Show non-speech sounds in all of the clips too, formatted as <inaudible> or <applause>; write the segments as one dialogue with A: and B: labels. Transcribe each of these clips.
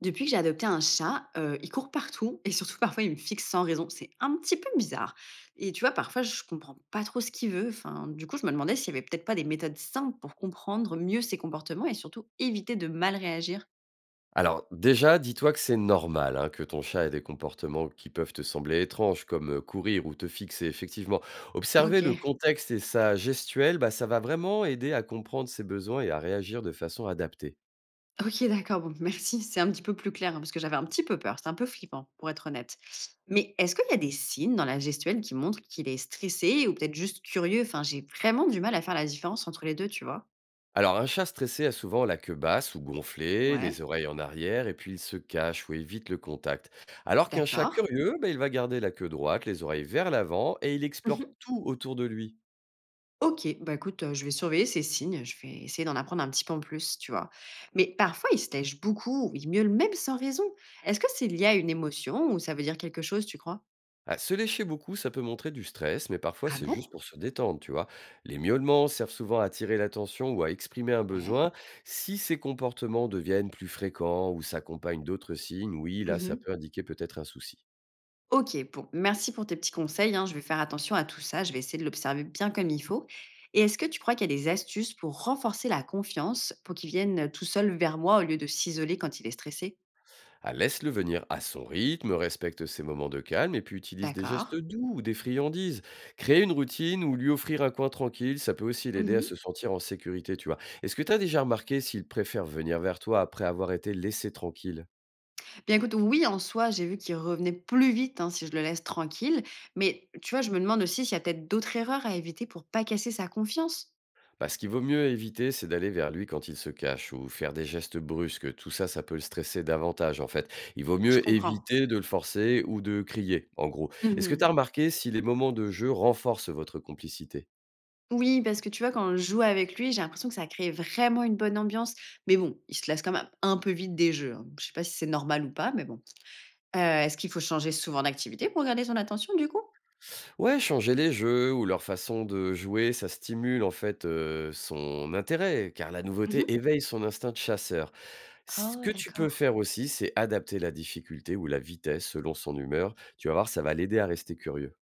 A: Depuis que j'ai adopté un chat, il court partout et surtout <laughs> parfois il me fixe sans raison. C'est un petit peu bizarre et tu vois, parfois je comprends pas trop ce qu'il veut. Enfin, du coup, je me demandais s'il y avait peut-être pas des méthodes simples pour comprendre mieux ses comportements et surtout éviter de mal réagir?
B: Alors, déjà, dis-toi que c'est normal hein, que ton chat ait des comportements qui peuvent te sembler étranges, comme courir ou te fixer. Effectivement, observer le
A: OK.
B: contexte et sa gestuelle, bah, ça va vraiment aider à comprendre ses besoins et à réagir de façon adaptée.
A: OK, d'accord, bon merci, c'est un petit peu plus clair, hein, parce que j'avais un petit peu peur. C'est un peu flippant, pour être honnête. Mais est-ce qu'il y a des signes dans la gestuelle qui montrent qu'il est stressé ou peut-être juste curieux? Enfin, j'ai vraiment du mal à faire la différence entre les deux. Tu vois?
B: Alors, un chat stressé a souvent la queue basse ou gonflée, les
A: Ouais,
B: oreilles en arrière, et puis il se cache ou évite le contact. Alors qu'un chat
A: d'accord.
B: curieux, bah, il va garder la queue droite, les oreilles vers l'avant, et il explore tout autour de lui.
A: OK, bah, écoute, je vais surveiller ces signes, je vais essayer d'en apprendre un petit peu en plus, tu vois? Mais parfois, ils se lèchent beaucoup ou ils miaulent même sans raison. Est-ce que c'est lié à une émotion ou ça veut dire quelque chose, tu crois?
B: Ah, se lécher beaucoup, ça peut montrer du stress, mais parfois
A: Ah
B: c'est
A: bon?
B: juste pour se détendre, tu vois. Les miaulements servent souvent à attirer l'attention ou à exprimer un
A: Ouais.
B: besoin. Si ces comportements deviennent plus fréquents ou s'accompagnent d'autres signes, oui, là, ça
A: Mmh.
B: peut indiquer peut-être un souci.
A: OK, bon, merci pour tes petits conseils, hein, je vais faire attention à tout ça, je vais essayer de l'observer bien comme il faut et est-ce que tu crois qu'il y a des astuces pour renforcer la confiance, pour qu'il vienne, tout seul vers moi au lieu de s'isoler quand il est stressé?
B: Ah, laisse-le venir à son rythme, respecte ses moments de calme et puis utilise des
A: D'accord.
B: gestes doux ou des friandises. Créer une routine ou lui offrir un coin tranquille, ça peut aussi l'aider à
A: Mmh.
B: se sentir en sécurité, tu vois. Est-ce que tu as déjà remarqué s'il préfère venir vers toi après avoir été laissé tranquille?
A: Bien écoute, oui, en soi, j'ai vu qu'il revenait plus vite, hein, si je le laisse tranquille. Mais tu vois, je me demande aussi s'il y a peut-être d'autres erreurs à éviter pour pas casser sa confiance.
B: Bah, ce qu'il vaut mieux éviter, c'est d'aller vers lui quand il se cache ou faire des gestes brusques. Tout ça, ça peut le stresser davantage, en fait. Il vaut
A: Je
B: mieux
A: comprends.
B: éviter de le forcer ou de crier, en gros. Est-ce que tu
A: Mhm.
B: as remarqué si les moments de jeu renforcent votre complicité?
A: Oui, parce que tu vois, quand je joue avec lui, j'ai l'impression que ça crée vraiment une bonne ambiance. Mais bon, il se lasse quand même un peu vite des jeux, hein. Je sais pas si c'est normal ou pas, mais bon. Est-ce qu'il faut changer souvent d'activité pour garder son attention, du coup?
B: Ouais, changer les jeux ou leur façon de jouer, ça stimule, en fait, son intérêt, car la nouveauté
A: Mhm.
B: éveille son instinct de chasseur. Ce
A: Oh,
B: que tu peux
A: d'accord.
B: faire aussi, c'est adapter la difficulté ou la vitesse selon son humeur. Tu vas voir, ça va l'aider à rester curieux.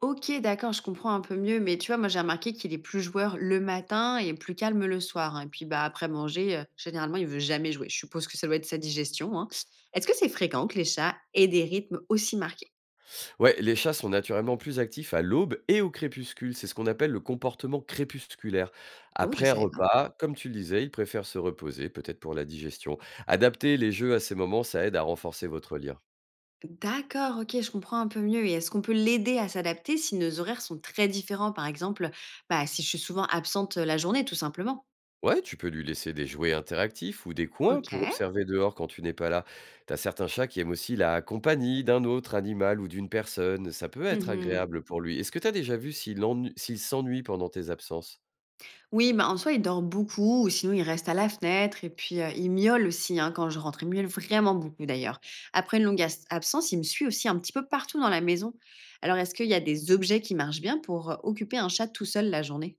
A: OK, d'accord, je comprends un peu mieux, mais tu vois, moi, j'ai remarqué qu'il est plus joueur le matin et plus calme le soir, hein. Et puis, bah, après manger, généralement, il veut jamais jouer. Je suppose que ça doit être sa digestion, hein. Est-ce que c'est fréquent que les chats aient des rythmes aussi marqués?
B: Ouais, les chats sont naturellement plus actifs à l'aube et au crépuscule. C'est ce qu'on appelle le comportement crépusculaire.
A: Oh, je
B: Après un
A: savais pas.
B: repas, comme tu le disais, ils préfèrent se reposer, peut-être pour la digestion. Adapter les jeux à ces moments, ça aide à renforcer votre lien.
A: D'accord, OK, je comprends un peu mieux et est-ce qu'on peut l'aider à s'adapter si nos horaires sont très différents? Par exemple, bah, si je suis souvent absente, la journée, tout simplement.
B: Ouais, tu peux lui laisser des jouets interactifs ou des coins pour
A: OK.
B: observer dehors quand tu n'es pas là. T'as certains chats qui aiment aussi la compagnie d'un autre animal ou d'une personne. Ça peut être
A: Mmh.
B: agréable pour lui. Est-ce que t'as déjà vu s'il s'ennuie pendant tes absences?
A: Oui, bah, en soi, il dort beaucoup ou sinon il reste à la fenêtre et puis il miaule aussi hein, quand je rentre. Il miaule vraiment beaucoup d'ailleurs. Après une longue absence, il me suit aussi un petit peu partout dans la maison. Alors, est-ce qu'il y a des objets qui marchent bien pour occuper un chat tout seul la journée?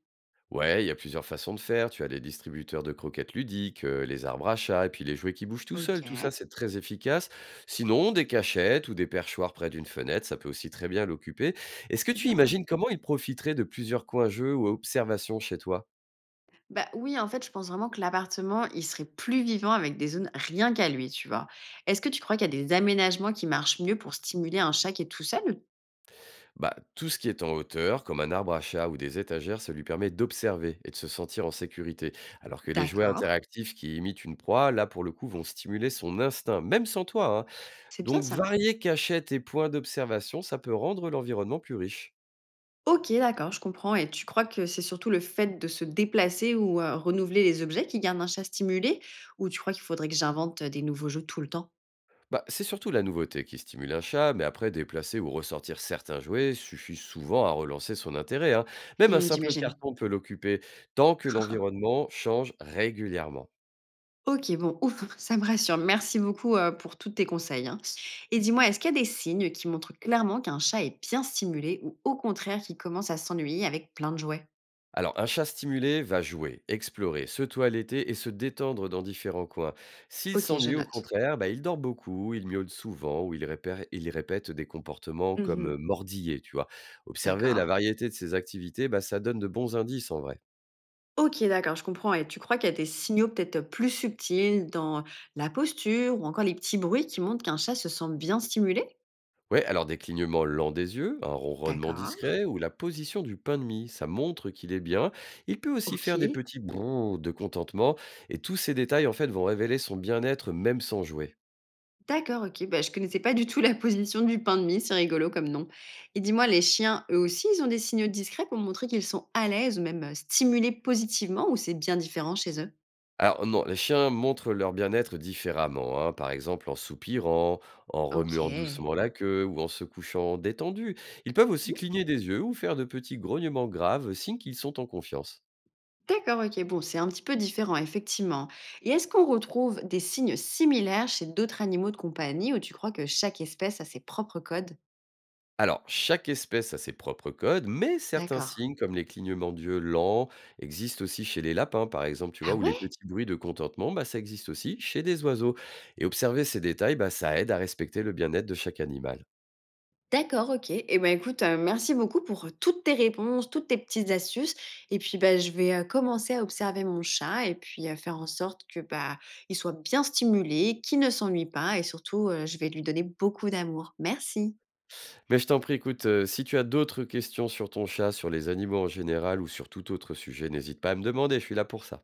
B: Ouais, il y a plusieurs façons de faire. Tu as les distributeurs de croquettes ludiques, les arbres à chat, et puis les jouets qui bougent tout
A: OK,
B: seuls. Tout ça, c'est très efficace. Sinon, des cachettes ou des perchoirs près d'une fenêtre, ça peut aussi très bien l'occuper. Est-ce que
A: c'est
B: tu
A: bien ça.
B: imagines comment il profiterait de plusieurs coins jeux ou observations chez toi?
A: Bah oui, en fait, je pense vraiment que l'appartement, il serait plus vivant avec des zones rien qu'à lui, tu vois. Est-ce que tu crois qu'il y a des aménagements qui marchent mieux pour stimuler un chat qui est tout seul?
B: Bah, tout ce qui est en hauteur, comme un arbre à chat ou des étagères, ça lui permet d'observer et de se sentir en sécurité. Alors que les jouets
A: D'accord,
B: interactifs qui imitent une proie, là, pour le coup, vont stimuler son instinct, même sans toi, hein.
A: c'est bien
B: Donc
A: ça.
B: varier cachettes et points d'observation, ça peut rendre l'environnement plus riche.
A: OK, d'accord, je comprends et tu crois que c'est surtout le fait de se déplacer ou renouveler les objets qui garde un chat stimulé? Ou tu crois qu'il faudrait que j'invente, des nouveaux jeux tout le temps?
B: Bah, c'est surtout la nouveauté qui stimule un chat, mais après déplacer ou ressortir certains jouets suffit souvent à relancer son intérêt, hein. Même un
A: Mmh,
B: simple
A: j'imagine.
B: carton peut l'occuper tant que l'environnement change régulièrement.
A: OK, bon, ouf, <laughs> ça me rassure. Merci beaucoup, pour tous tes conseils, hein. Et dis-moi, est-ce qu'il y a des signes qui montrent clairement qu'un chat est bien stimulé ou au contraire qu'il commence à s'ennuyer avec plein de jouets?
B: Alors, un chat stimulé va jouer, explorer, se toiletter et se détendre dans différents coins. S'il
A: OK, je
B: s'ennuie, au
A: note.
B: contraire, bah, il dort beaucoup, il miaule souvent ou il, il répète des comportements comme
A: Mmh.
B: mordiller, tu vois. Observer
A: D'accord.
B: la variété de ses activités, bah, ça donne de bons indices en vrai.
A: OK, d'accord, je comprends et tu crois qu'il y a des signaux peut-être plus subtils dans la posture ou encore les petits bruits qui montrent qu'un chat se sent bien stimulé?
B: Ouais, alors des clignements lents des yeux, un ronronnement
A: D'accord,
B: discret ou la position du pain de mie, ça montre qu'il est bien. Il peut aussi faire des
A: OK.
B: petits brrr de contentement, et tous ces détails en fait vont révéler son bien-être même sans jouer.
A: D'accord, OK. Bah, je connaissais pas du tout la position du pain de mie, c'est rigolo comme nom. Et dis-moi, les chiens, eux aussi, ils ont des signaux discrets pour montrer qu'ils sont à l'aise ou même stimulés positivement ou c'est bien différent chez eux?
B: Alors non, les chiens montrent leur bien-être différemment, hein, par exemple en soupirant, en remuant doucement
A: OK.
B: la queue ou en se couchant détendu. Ils peuvent aussi cligner des yeux ou faire de petits grognements graves, signe qu'ils sont en confiance.
A: D'accord, OK. Bon, c'est un petit peu différent, effectivement. Et est-ce qu'on retrouve des signes similaires chez d'autres animaux de compagnie ou tu crois que chaque espèce a ses propres codes?
B: Alors, chaque espèce a ses propres codes, mais certains
A: D'accord.
B: signes, comme les clignements d'yeux lents, existent aussi chez les lapins, par exemple, tu
A: Ah
B: vois, ou les
A: ouais?
B: petits bruits de contentement, bah, ça existe aussi chez des oiseaux. Et observer ces détails, bah, ça aide à respecter le bien-être de chaque animal.
A: D'accord, OK. Eh ben, écoute, merci beaucoup pour toutes tes réponses, toutes tes petites astuces et puis, bah, je vais, commencer à observer mon chat et puis, à faire en sorte que, bah, il soit bien stimulé, qu'il ne s'ennuie pas et surtout, je vais lui donner beaucoup d'amour. Merci.
B: Mais je t'en prie, écoute, si tu as d'autres questions sur ton chat, sur les animaux en général ou sur tout autre sujet, n'hésite pas à me demander, je suis là pour ça.